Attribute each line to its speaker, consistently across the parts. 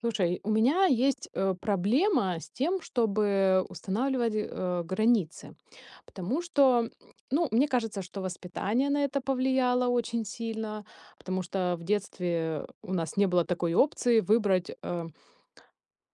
Speaker 1: Слушай, у меня есть проблема с тем, чтобы устанавливать границы, потому что, ну, мне кажется, что воспитание на это повлияло очень сильно, потому что в детстве у нас не было такой опции выбрать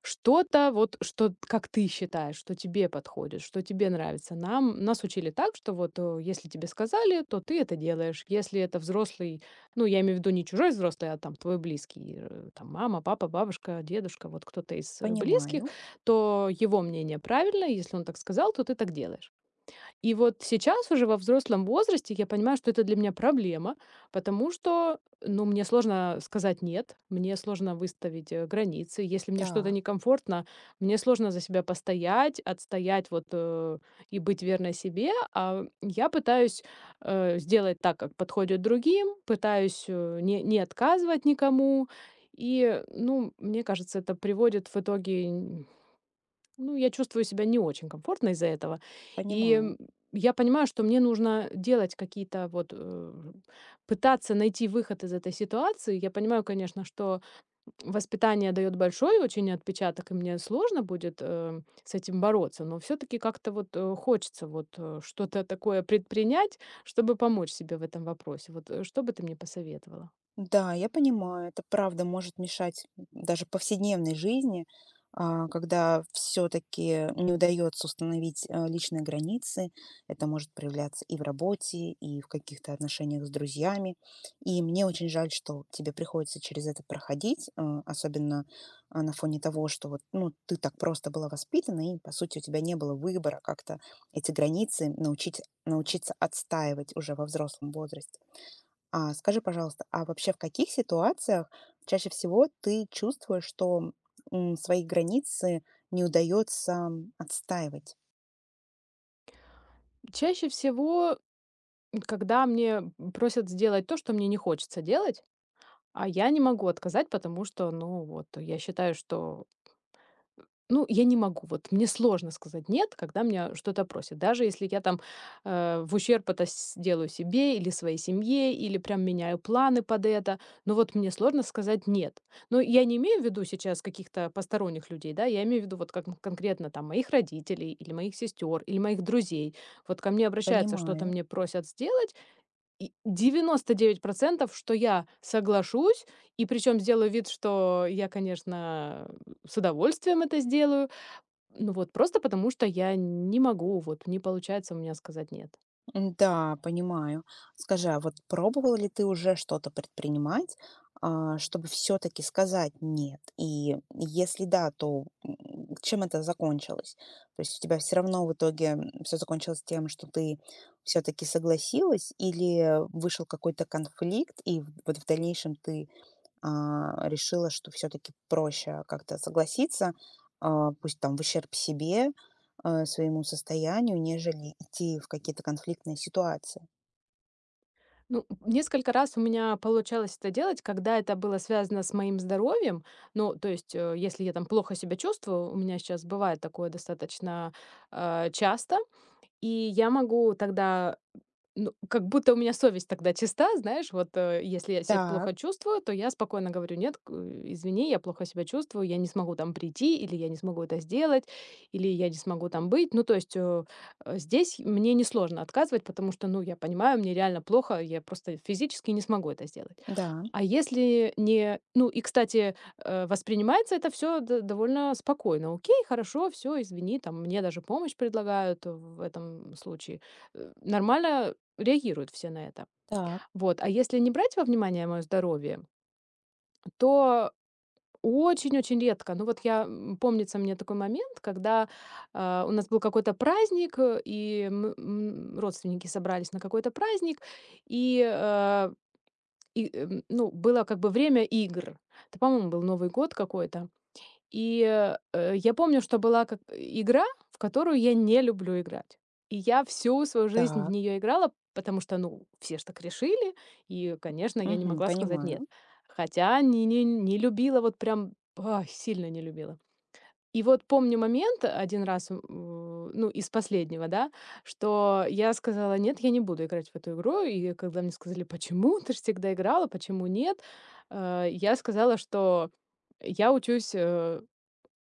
Speaker 1: что-то вот, что, как ты считаешь, что тебе подходит, что тебе нравится. Нам нас учили так, что вот, если тебе сказали, то ты это делаешь. Если это взрослый, ну, я имею в виду не чужой взрослый, а там твой близкий, там мама, папа, бабушка, дедушка, вот кто-то из близких,
Speaker 2: Понимаю,
Speaker 1: то его мнение правильно, если он так сказал, то ты так делаешь. И вот сейчас уже во взрослом возрасте я понимаю, что это для меня проблема, потому что, ну, мне сложно сказать «нет», мне сложно выставить границы. Если мне что-то
Speaker 2: да,
Speaker 1: некомфортно, мне сложно за себя постоять, отстоять и быть верной себе. А я пытаюсь сделать так, как подходит другим, пытаюсь не отказывать никому. И, ну, мне кажется, это приводит в итоге, ну, я чувствую себя не очень комфортно из-за этого. И
Speaker 2: понимаю.
Speaker 1: м, я понимаю, что мне нужно делать какие-то пытаться найти выход из этой ситуации. Я понимаю, конечно, что воспитание дает большой очень отпечаток, и мне сложно будет с этим бороться, но все-таки как-то хочется что-то такое предпринять, чтобы помочь себе в этом вопросе. Вот что бы ты мне посоветовала?
Speaker 2: Да, я понимаю, это правда может мешать даже повседневной жизни, когда все-таки не удается установить личные границы. Это может проявляться и в работе, и в каких-то отношениях с друзьями. И мне очень жаль, что тебе приходится через это проходить, особенно на фоне того, что вот, ну, ты так просто была воспитана, и, по сути, у тебя не было выбора как-то эти границы научиться отстаивать уже во взрослом возрасте. А скажи, пожалуйста, а вообще в каких ситуациях чаще всего ты чувствуешь, что, свои границы не удается отстаивать?
Speaker 1: Чаще всего, когда мне просят сделать то, что мне не хочется делать, а я не могу отказать, потому что, ну, вот я считаю, что, ну, я не могу. Вот мне сложно сказать нет, когда меня что-то просят. Даже если я там в ущерб делаю себе или своей семье, или прям меняю планы под это. Но вот мне сложно сказать нет. Но я не имею в виду сейчас каких-то посторонних людей, да, я имею в виду вот как конкретно там моих родителей или моих сестер или моих друзей. Вот ко мне обращаются, что-то
Speaker 2: Понимаю.
Speaker 1: мне просят сделать, и 99%, что я соглашусь, и причем сделаю вид, что я, конечно, с удовольствием это сделаю. Ну вот просто потому, что я не могу, вот не получается у меня сказать "нет".
Speaker 2: Да, понимаю. Скажи, а вот пробовал ли ты уже что-то предпринимать, чтобы все таки сказать «нет»? И если да, то, чем это закончилось? То есть у тебя все равно в итоге, все закончилось тем, что ты все таки согласилась, или вышел какой-то конфликт, и в дальнейшем ты решила, что все таки проще как-то согласиться, пусть там в ущерб себе, своему состоянию, нежели идти в какие-то конфликтные ситуации.
Speaker 1: Ну, несколько раз у меня получалось это делать, когда это было связано с моим здоровьем. Ну, то есть, если я там плохо себя чувствую, у меня сейчас бывает такое достаточно часто, и я могу тогда, ну, как будто у меня совесть тогда чиста, знаешь, вот, если я себя
Speaker 2: Так,
Speaker 1: плохо чувствую, то я спокойно говорю: "Нет, извини, я плохо себя чувствую, я не смогу там прийти, или я не смогу это сделать, или я не смогу там быть". Ну, то есть, здесь мне несложно отказывать, потому что, ну, я понимаю, мне реально плохо, я просто физически не смогу это сделать.
Speaker 2: да,
Speaker 1: А если не ну и, кстати, воспринимается это все довольно спокойно: "Окей, хорошо, все, извини". Там мне даже помощь предлагают в этом случае. Нормально реагируют все на это.
Speaker 2: так,
Speaker 1: Вот. А если не брать во внимание мое здоровье, то очень-очень редко. Ну вот я, помнится мне такой момент, когда, у нас был какой-то праздник, и мы, родственники собрались на какой-то праздник, и, ну, было как бы время игр. Это, по-моему, был Новый год какой-то. И, я помню, что была как игра, в которую я не люблю играть. И я всю свою жизнь в
Speaker 2: так.
Speaker 1: нее играла, потому что, ну, все ж так решили, и, конечно, я не
Speaker 2: Мгм,
Speaker 1: могла сказать "нет".
Speaker 2: понимаю.
Speaker 1: Хотя не любила, вот прям, ай, сильно не любила. И вот помню момент один раз, ну, из последнего, да, что я сказала: "Нет, я не буду играть в эту игру". И когда мне сказали: "Почему? Ты же всегда играла, почему нет?" Я сказала, что я учусь,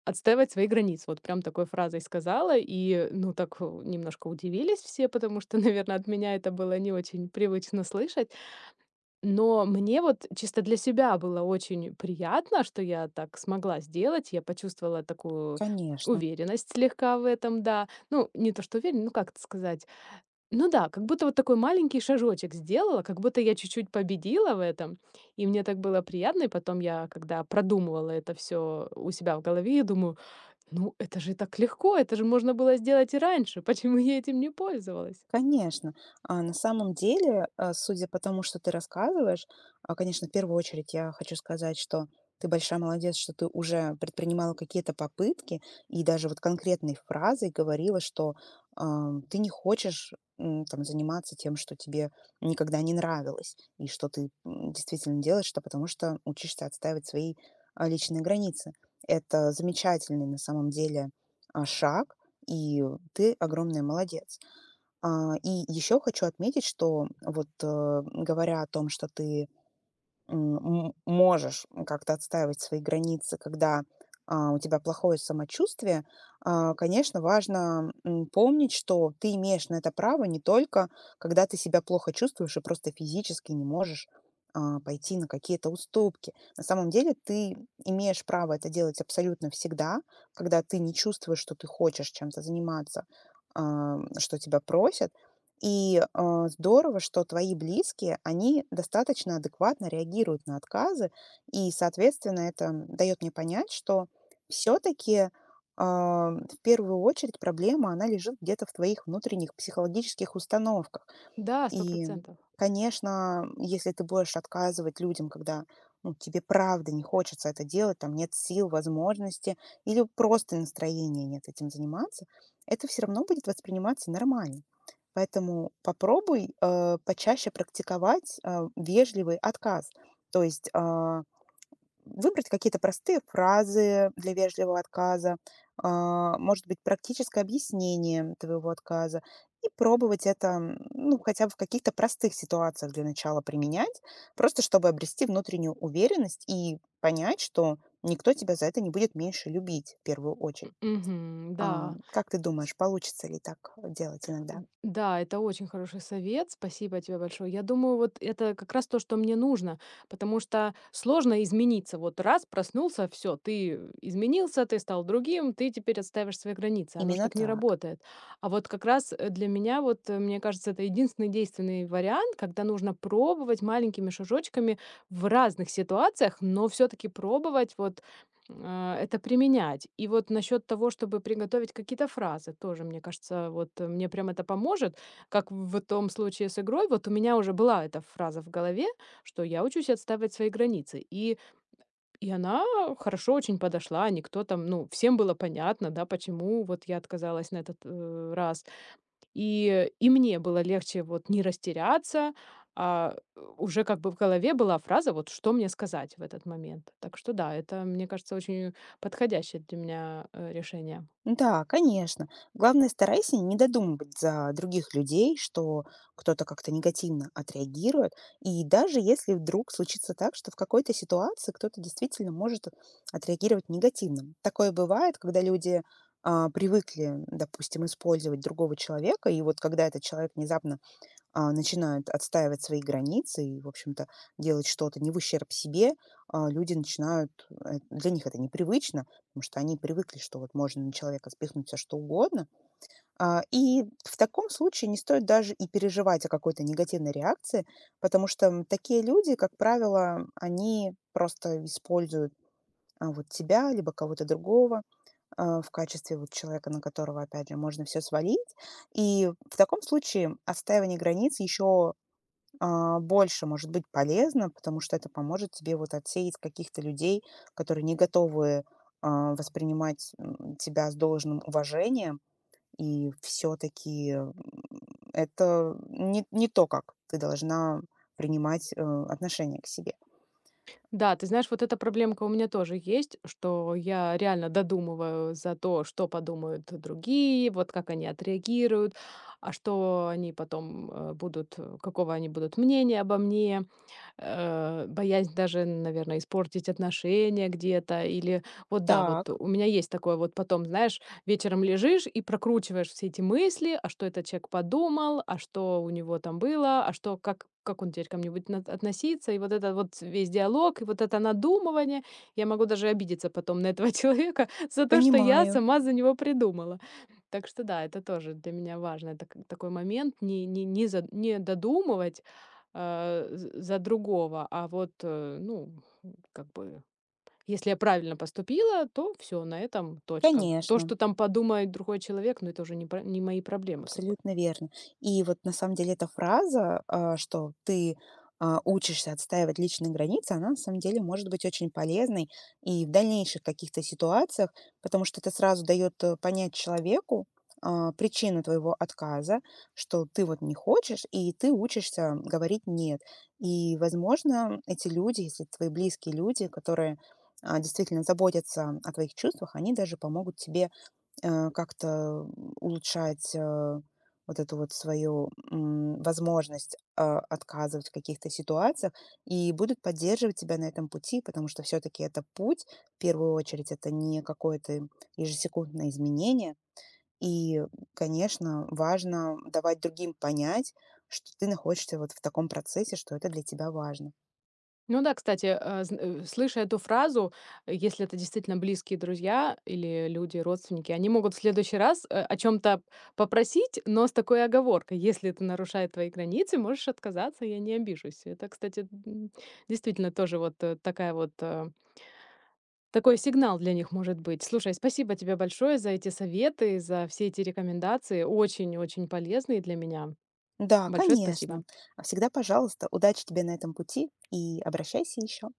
Speaker 1: отстаивать свои границы. Вот прям такой фразой сказала. И, ну, так, немножко удивились все, потому что, наверное, от меня это было не очень привычно слышать. Но мне вот чисто для себя было очень приятно, что я так смогла сделать. Я почувствовала такую
Speaker 2: Конечно.
Speaker 1: уверенность слегка в этом, да. Ну, не то что уверен, ну, как это сказать? Ну да, как будто вот такой маленький шажочек сделала, как будто я чуть-чуть победила в этом. И мне так было приятно. И потом я, когда продумывала это все у себя в голове, я думаю: ну, это же так легко, это же можно было сделать и раньше. Почему я этим не пользовалась?
Speaker 2: Конечно. На самом деле, судя по тому, что ты рассказываешь, конечно, в первую очередь я хочу сказать, что ты большая молодец, что ты уже предпринимала какие-то попытки и даже вот конкретной фразой говорила, что ты не хочешь там, заниматься тем, что тебе никогда не нравилось, и что ты действительно делаешь это, потому что учишься отстаивать свои личные границы. Это замечательный на самом деле шаг, и ты огромная молодец. И еще хочу отметить, что вот, говоря о том, что ты, можешь как-то отстаивать свои границы, когда, у тебя плохое самочувствие, конечно, важно, помнить, что ты имеешь на это право не только когда ты себя плохо чувствуешь и просто физически не можешь, пойти на какие-то уступки. На самом деле ты имеешь право это делать абсолютно всегда, когда ты не чувствуешь, что ты хочешь чем-то заниматься, что тебя просят. И, здорово, что твои близкие, они достаточно адекватно реагируют на отказы. И, соответственно, это дает мне понять, что все таки в первую очередь проблема, она лежит где-то в твоих внутренних психологических установках.
Speaker 1: Да, сто
Speaker 2: И,
Speaker 1: процентов.
Speaker 2: конечно, если ты будешь отказывать людям, когда, ну, тебе правда не хочется это делать, там нет сил, возможности или просто настроения нет этим заниматься, это все равно будет восприниматься нормально. Поэтому попробуй почаще практиковать вежливый отказ. То есть, выбрать какие-то простые фразы для вежливого отказа, может быть, практическое объяснение твоего отказа, и пробовать это, ну, хотя бы в каких-то простых ситуациях для начала применять, просто чтобы обрести внутреннюю уверенность и понять, что никто тебя за это не будет меньше любить в первую очередь.
Speaker 1: Мгм, да.
Speaker 2: Как ты думаешь, получится ли так делать иногда?
Speaker 1: Д да, это очень хороший совет. Спасибо тебе большое. Я думаю, вот это как раз то, что мне нужно, потому что сложно измениться. Вот раз проснулся, все, ты изменился, ты стал другим, ты теперь отставишь свои границы. Оно ж
Speaker 2: Именно
Speaker 1: так не
Speaker 2: так.
Speaker 1: работает. А вот как раз, для меня, вот, мне кажется, это единственный действенный вариант, когда нужно пробовать маленькими шажочками в разных ситуациях, но все таки пробовать это применять. И вот насчет того, чтобы приготовить какие-то фразы, тоже, мне кажется, мне прям это поможет, как в том случае с игрой. Вот у меня уже была эта фраза в голове, что я учусь отстаивать свои границы. И она хорошо очень подошла, никто там, ну, всем было понятно, да, почему вот я отказалась на этот раз. И мне было легче вот не растеряться, уже как бы в голове была фраза, вот что мне сказать в этот момент. Так что да, это, мне кажется, очень подходящее для меня, решение.
Speaker 2: Да, конечно. Главное, старайся не додумывать за других людей, что кто-то как-то негативно отреагирует. И даже если вдруг случится так, что в какой-то ситуации кто-то действительно может отреагировать негативно. Такое бывает, когда люди привыкли, допустим, использовать другого человека, и вот когда этот человек внезапно начинают отстаивать свои границы и, в общем-то, делать что-то не в ущерб себе, люди начинают, для них это непривычно, потому что они привыкли, что вот можно на человека спихнуть все что угодно. И в таком случае не стоит даже и переживать о какой-то негативной реакции, потому что, такие люди, как правило, они просто используют, вот тебя, либо кого-то другого в качестве вот человека, на которого, опять же, можно все свалить. И в таком случае отстаивание границ еще больше может быть полезно, потому что это поможет тебе вот отсеять каких-то людей, которые не готовы воспринимать, тебя с должным уважением, и все-таки это не то, как ты должна принимать отношение к себе.
Speaker 1: Да, ты знаешь, вот эта проблемка у меня тоже есть, что я реально додумываю за то, что подумают другие, вот как они отреагируют, а что они потом, будут, какого они будут мнения обо мне. Боязнь даже, наверное, испортить отношения где-то или вот да, вот
Speaker 2: Так,
Speaker 1: у меня есть такое вот потом, знаешь, вечером лежишь и прокручиваешь все эти мысли, а что этот человек подумал, а что у него там было, а что, как он теперь ко мне будет относиться, и вот этот вот весь диалог, и вот это надумывание. Я могу даже обидеться потом на этого человека за то, что я
Speaker 2: понимаю.
Speaker 1: сама за него придумала. Так что да, это тоже для меня важно. Это как такой момент не додумывать, а, з за другого. А вот, ну, как бы, если я правильно поступила, то все на этом точка. То,
Speaker 2: Конечно.
Speaker 1: что там подумает другой человек, ну, это уже не мои проблемы, как бы.
Speaker 2: Абсолютно верно. И вот на самом деле эта фраза, что ты учишься отстаивать личные границы, она на самом деле может быть очень полезной и в дальнейших каких-то ситуациях, потому что это сразу дает понять человеку причину твоего отказа, что ты вот не хочешь, и ты учишься говорить «нет». И, возможно, эти люди, если твои близкие люди, которые действительно заботятся о твоих чувствах, они даже помогут тебе как-то улучшать, вот эту вот свою, возможность, отказывать в каких-то ситуациях и будут поддерживать тебя на этом пути, потому что все таки это путь. В первую очередь, это не какое-то ежесекундное изменение. И, конечно, важно давать другим понять, что ты находишься вот в таком процессе, что это для тебя важно.
Speaker 1: Ну да, кстати, слыша эту фразу, если это действительно близкие друзья или люди, родственники, они могут в следующий раз, о чем то попросить, но с такой оговоркой: "Если это нарушает твои границы, можешь отказаться, я не обижусь". Это, кстати, действительно тоже вот, такая вот, такой сигнал для них может быть. Слушай, спасибо тебе большое за эти советы, за все эти рекомендации. Очень-очень полезные для меня.
Speaker 2: Да,
Speaker 1: Большое
Speaker 2: конечно.
Speaker 1: спасибо.
Speaker 2: Всегда пожалуйста. Удачи тебе на этом пути и обращайся еще.